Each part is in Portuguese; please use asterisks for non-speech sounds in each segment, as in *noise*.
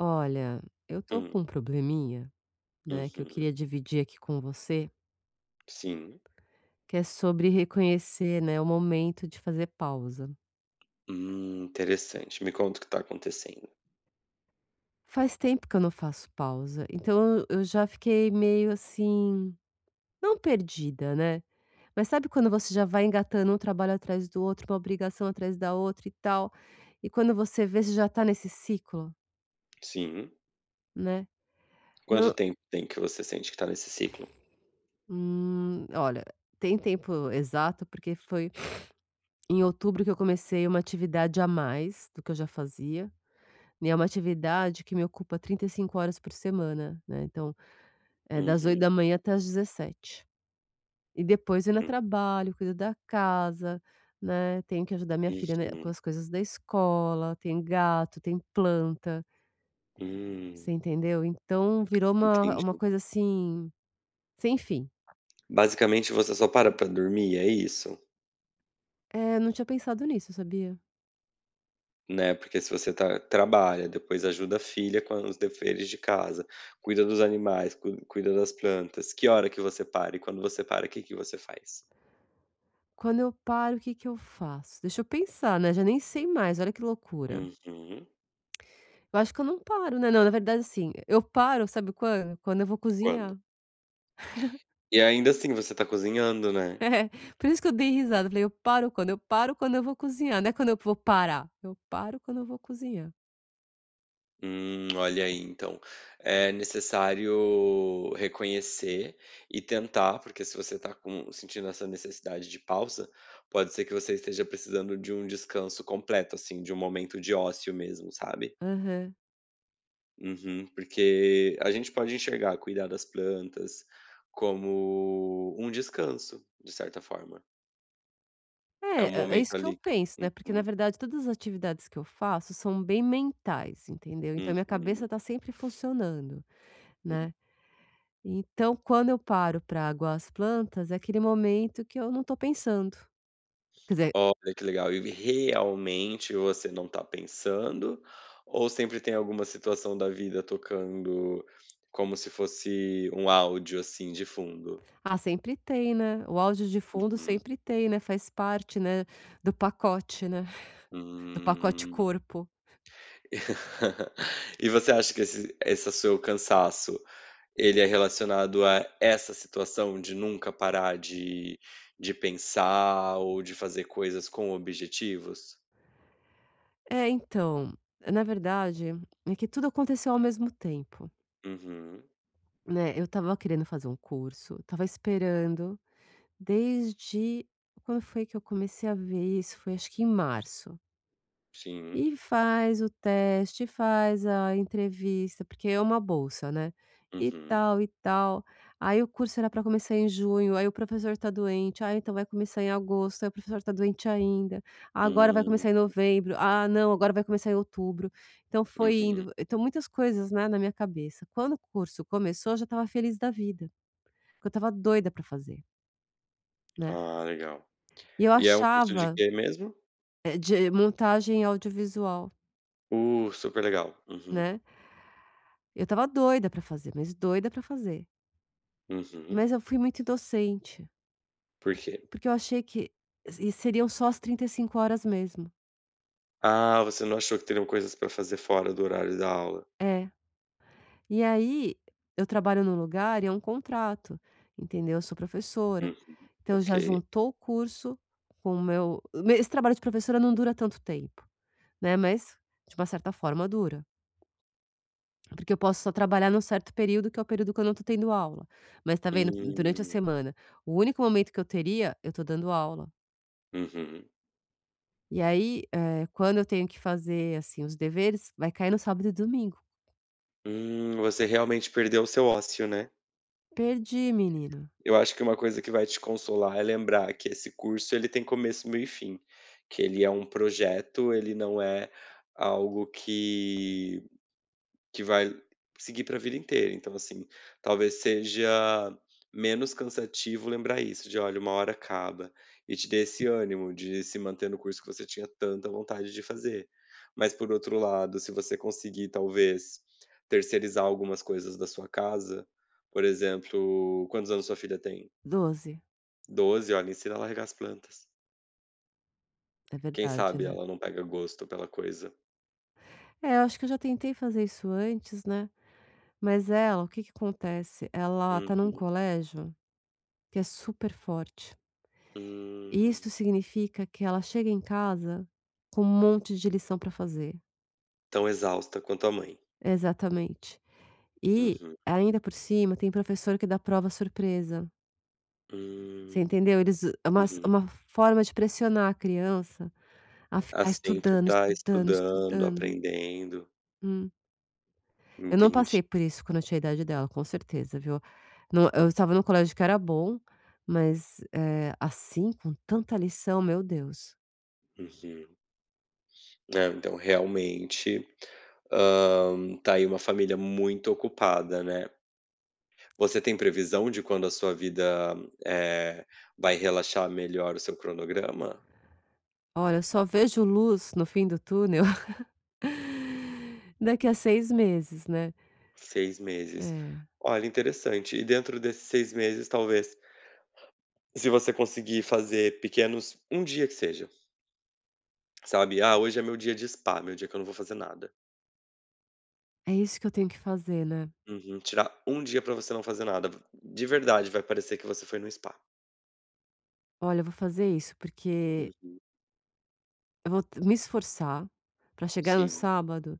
Olha, eu tô Hum, com um probleminha, né, que eu uhum, queria dividir aqui com você, sim. que é sobre reconhecer, né, o momento de fazer pausa. Interessante. Me conta o que está acontecendo. Faz tempo que eu não faço pausa, então eu já fiquei meio assim, não perdida, né? Mas sabe quando você já vai engatando um trabalho atrás do outro, uma obrigação atrás da outra e tal, e quando você vê, você já tá nesse ciclo, Sim. né? Quanto Eu, tempo tem que você sente que está nesse ciclo? Olha, tem tempo exato, porque foi em outubro que eu comecei uma atividade a mais do que eu já fazia, né, é uma atividade que me ocupa 35 horas por semana, né, então, é das oito Uhum, da manhã até as 17h. E depois eu ainda hum, trabalho, cuido da casa, né, tenho que ajudar minha filha, né, com uhum. as coisas da escola, tem gato, tem planta, você Hum, entendeu? Então virou uma entendi. uma coisa, assim, sem fim. Basicamente, você só para para dormir, é isso? É, eu não tinha pensado nisso, sabia? Né, porque se você tá trabalha, depois ajuda a filha com os deveres de casa, cuida dos animais, cuida das plantas. Que hora que você para? E quando você para, o que que você faz? Quando eu paro, o que que eu faço? Deixa eu pensar, né, já nem sei mais, olha que loucura. Uhum. Eu acho que eu não paro, né, não, na verdade, assim, eu paro, sabe quando? Quando eu vou Quando? cozinhar. *laughs* E ainda assim, você tá cozinhando, né? É, por isso que eu dei risada, falei: "Eu paro quando? Eu paro quando eu vou cozinhar, não é quando eu vou parar, eu paro quando eu vou cozinhar". Olha aí, então. É necessário reconhecer e tentar, porque se você está com sentindo essa necessidade de pausa, pode ser que você esteja precisando de um descanso completo, assim, de um momento de ócio mesmo, sabe? Aham. Uhum, porque a gente pode enxergar cuidar das plantas como um descanso, de certa forma. É um É, é momento isso que eu ali que. penso, né, porque na Uhum, verdade todas as atividades que eu faço são bem mentais, entendeu, então minha uhum. cabeça tá sempre funcionando, né. Então quando eu paro para aguar as plantas, é aquele momento que eu não tô pensando. Quer dizer. Olha que legal. E realmente você não tá pensando, ou sempre tem alguma situação da vida tocando como se fosse um áudio, assim, de fundo? Ah, sempre tem, né. O áudio de fundo Uhum. sempre tem, né, faz parte, né, do pacote, né, *laughs* do pacote Hum. corpo. *laughs* E você acha que esse essa seu cansaço, ele é relacionado a essa situação de nunca parar de pensar ou de fazer coisas com objetivos? É, então, na verdade, é que tudo aconteceu ao mesmo tempo, Uhum. né. Eu estava querendo fazer um curso, estava esperando desde quando foi que eu comecei a ver isso? Foi acho que em março. Sim. E faz o teste, faz a entrevista, porque é uma bolsa, né, e Uhum. tal e tal. Aí o curso era para começar em junho, aí o professor tá doente, ah, então vai começar em agosto, aí o professor tá doente ainda, ah, agora vai Hum. começar em novembro, ah, não, agora vai começar em outubro. Então foi Uhum. indo, então muitas coisas, né, na minha cabeça. Quando o curso começou eu já estava feliz da vida, porque eu estava doida para fazer, né. Ah, legal. E eu E é um curso de achava, quê mesmo? De montagem audiovisual, Super legal. Uhum, né. Eu estava doida pra fazer, mas doida pra fazer. uhum. Mas eu fui muito inocente, Por quê? porque eu achei que seriam só as 35 horas mesmo. Ah, você não achou que teriam coisas para fazer fora do horário da aula? É. E aí, eu trabalho num lugar e é um contrato, entendeu? Eu sou professora, Uhum, então ok. já juntou o curso com o meu esse trabalho de professora não dura tanto tempo, né, mas de uma certa forma dura, porque eu posso só trabalhar num certo período, que é o período que eu não tô tendo aula. Mas tá vendo, durante a Hum, semana, o único momento que eu teria, eu tô dando aula. uhum. E aí, quando eu tenho que fazer, assim, os deveres, vai cair no sábado e domingo. Você realmente perdeu o seu ócio, né. Perdi, menino. Eu acho que uma coisa que vai te consolar é lembrar que esse curso ele tem começo, meio e fim, que ele é um projeto, ele não é algo que vai seguir para a vida inteira. Então, assim, talvez seja menos cansativo lembrar isso, de: "Olha, uma hora acaba", e te dê esse ânimo de se manter no curso que você tinha tanta vontade de fazer. Mas, por outro lado, se você conseguir, talvez, terceirizar algumas coisas da sua casa, por exemplo, quantos anos sua filha tem? 12. 12, olha, ensina ela a regar as plantas. É Quem verdade, sabe né. ela não pega gosto pela coisa. É, eu acho que eu já tentei fazer isso antes, né, mas ela, o que que acontece, ela tá num Uhum. colégio que é super forte. E isso Hum. significa que ela chega em casa com um monte de lição para fazer. Tão exausta quanto a mãe. Exatamente. E, Uhum. ainda por cima, tem professor que dá prova surpresa. Você Hum, entendeu? Eles é uhum. uma forma de pressionar a criança a Ah, ficar sempre estudando, tá estudando, estudando, estudando. aprendendo. Hum. Eu não Entendi. passei por isso quando eu tinha a idade dela, com certeza, viu. Não, eu estava num colégio que era bom, mas, assim, com tanta lição, meu Deus. Uhum. É, então realmente, hã, tá aí uma família muito ocupada, né. Você tem previsão de quando a sua vida, eh, vai relaxar melhor o seu cronograma? Olha, eu só vejo luz no fim do túnel *laughs* daqui a 6 meses, né. 6 meses. É, Olha, interessante. E dentro desses 6 meses, talvez, se você conseguir fazer pequenos um dia que seja, sabe. "Ah, hoje é meu dia de spa, meu dia que eu não vou fazer nada". é isso que eu tenho que fazer, né. Uhum. Tirar um dia pra você não fazer nada. De verdade, vai parecer que você foi no spa. Olha, eu vou fazer isso, porque Uhum. eu vou t me esforçar pra chegar no Sim. sábado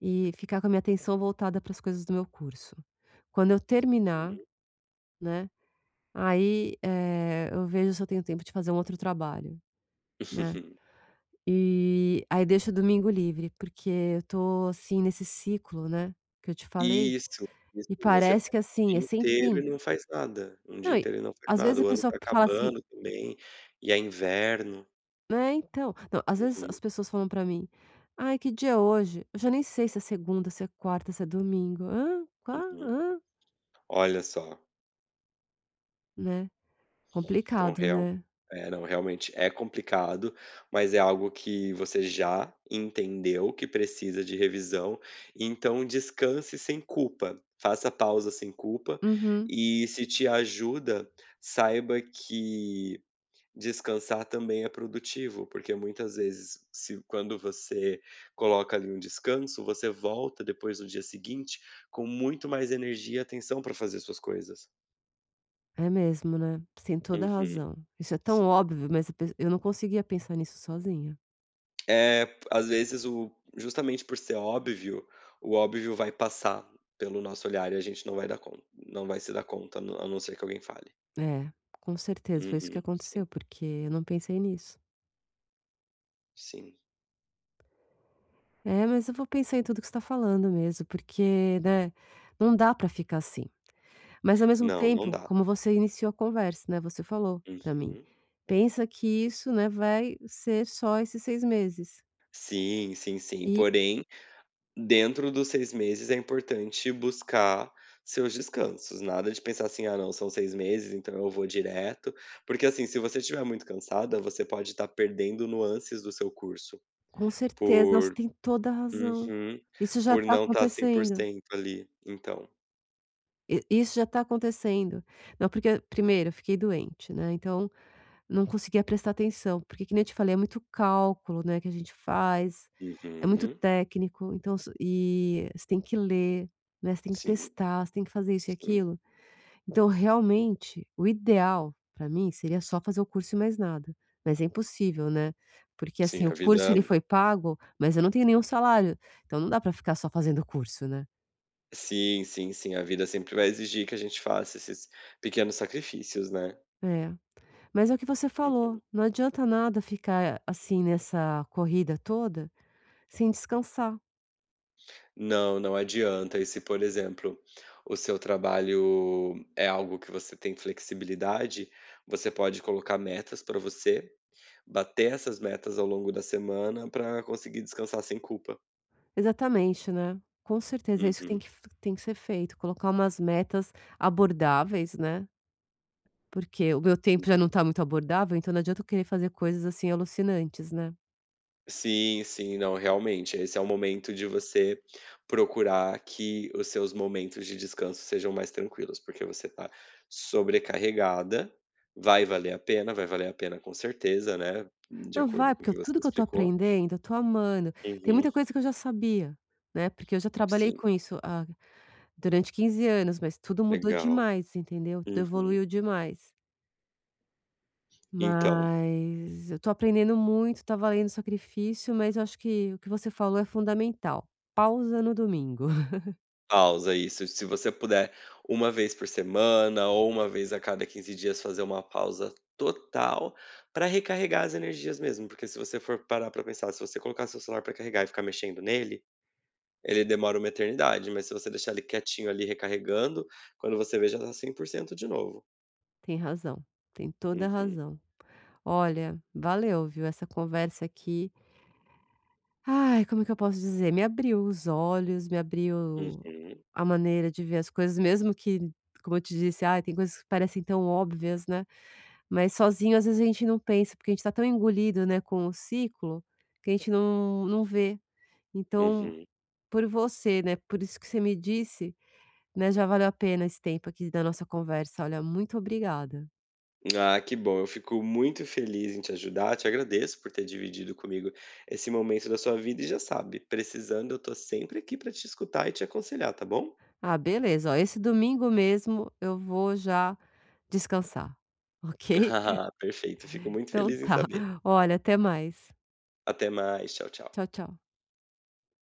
e ficar com a minha atenção voltada para as coisas do meu curso. Quando eu terminar, Uhum. né, aí, eu vejo se eu tenho tempo de fazer um outro trabalho, né. *laughs* E aí deixo o domingo livre, porque eu tô, assim, nesse ciclo, né, que eu te falei, Isso, isso. e Você parece pega que, o assim, dia é sem inteiro fim. e não faz nada. Um dia Não, e inteiro e não faz às vezes nada. a O ano pessoa tá fala assim, acabando também, e é inverno. né? Então. Não, às vezes Uhum, as pessoas falam para mim: "Ai, que dia é hoje?" Eu já nem sei se é segunda, se é quarta, se é domingo. Hã? Qua, uhum. hã? Olha só. Né. Então Complicado, real né? Não, realmente é complicado, mas é algo que você já entendeu que precisa de revisão, então descanse sem culpa, faça pausa sem culpa, Uhum. e se te ajuda, saiba que descansar também é produtivo, porque muitas vezes se quando você coloca ali um descanso, você volta depois no dia seguinte com muito mais energia e atenção para fazer suas coisas. É mesmo, né. Você tem toda a Uhum, razão. Isso é tão sim. óbvio, mas a pe eu não conseguia pensar nisso sozinha. É, às vezes o justamente por ser óbvio, o óbvio vai passar pelo nosso olhar e a gente não vai se dar conta, a não ser que alguém fale. É, com certeza, foi isso que Uhum, sim, aconteceu, porque eu não pensei nisso. sim. É, mas eu vou pensar em tudo que você tá falando mesmo, porque, né, não dá para ficar assim. Mas ao mesmo Não, não tempo, dá. como você iniciou a conversa, né, você falou para mim: Uhum. "Pensa que isso, né, vai ser só esses 6 meses". Sim, sim, sim. E Porém, dentro dos 6 meses é importante buscar seus descansos, nada de pensar assim: "Ah não, são 6 meses, então eu vou direto", porque assim, se você estiver muito cansada, você pode estar perdendo nuances do seu curso com certeza, não, você por tem toda a razão. Uhum. Isso já Por está não estar cem por acontecendo. cento ali, então. E isso já está acontecendo. Não, porque primeiro eu fiquei doente, né, então não conseguia prestar atenção, porque que nem eu te falei, é muito cálculo, né, que a gente faz, é muito Uhum. técnico, então s e você tem que ler, né, você tem que Sim, testar, você tem que fazer isso e sim, aquilo. Então realmente, o ideal para mim seria só fazer o curso e mais nada, mas é impossível, né, porque sim, assim, o a curso vida ele foi pago, mas eu não tenho nenhum salário, então não dá para ficar só fazendo o curso, né. sim, sim, sim, a vida sempre vai exigir que a gente faça esses pequenos sacrifícios, né. É. Mas é o que você falou, Uhum. não adianta nada ficar assim nessa corrida toda sem descansar. Não, não adianta. E se, por exemplo, o seu trabalho é algo que você tem flexibilidade, você pode colocar metas pra você, bater essas metas ao longo da semana pra conseguir descansar sem culpa. Exatamente, né. Com certeza é isso que tem Uhum. que f tem que ser feito, colocar umas metas abordáveis, né, porque o meu tempo já não está muito abordável, então não adianta eu querer fazer coisas assim alucinantes, né. Sim, sim, não, realmente, esse é o momento de você procurar que os seus momentos de descanso sejam mais tranquilos, porque você tá sobrecarregada, vai valer a pena, vai valer a pena com certeza, né, de Não, vai, acordo com o porque que você tudo que eu estou explicou. aprendendo, eu estou amando. Tem Uhum, muita coisa que eu já sabia, né, porque eu já trabalhei sim, com isso, ah, durante 15 anos, mas tudo mudou legal. demais, entendeu, tudo Uhum. evoluiu demais. Então Mas eu tô aprendendo muito, tá valendo sacrifício, mas eu acho que o que você falou é fundamental. Pausa no domingo. *laughs* Pausa, isso. Se você puder, uma vez por semana ou uma vez a cada 15 dias fazer uma pausa total para recarregar as energias mesmo, porque se você for parar para pensar, se você colocar seu celular para carregar e ficar mexendo nele, ele demora uma eternidade, mas se você deixar ele quietinho ali recarregando, quando você vê já tá 100% de novo. Tem razão, tem toda a Uhum, razão. Olha, valeu, viu, essa conversa aqui. Ai, como é que eu posso dizer? Me abriu os olhos, me abriu uhum, a maneira de ver as coisas, mesmo que, como eu te disse, ai, tem coisas que parecem tão óbvias, né? Mas sozinho, às vezes, a gente não pensa, porque a gente tá tão engolido, né, com o ciclo, que a gente não, não vê. Então, uhum. por você, né, por isso que você me disse, né, já valeu a pena esse tempo aqui da nossa conversa, olha, muito obrigada. Ah, que bom. Eu fico muito feliz em te ajudar. Te agradeço por ter dividido comigo esse momento da sua vida. E já sabe, precisando, eu tô sempre aqui para te escutar e te aconselhar, tá bom? Ah, beleza, ó, esse domingo mesmo eu vou já descansar, *laughs* ok? *laughs* Ah, perfeito. Fico muito Então feliz em tá, saber. olha, até mais. Até mais. Tchau, tchau. Tchau, tchau.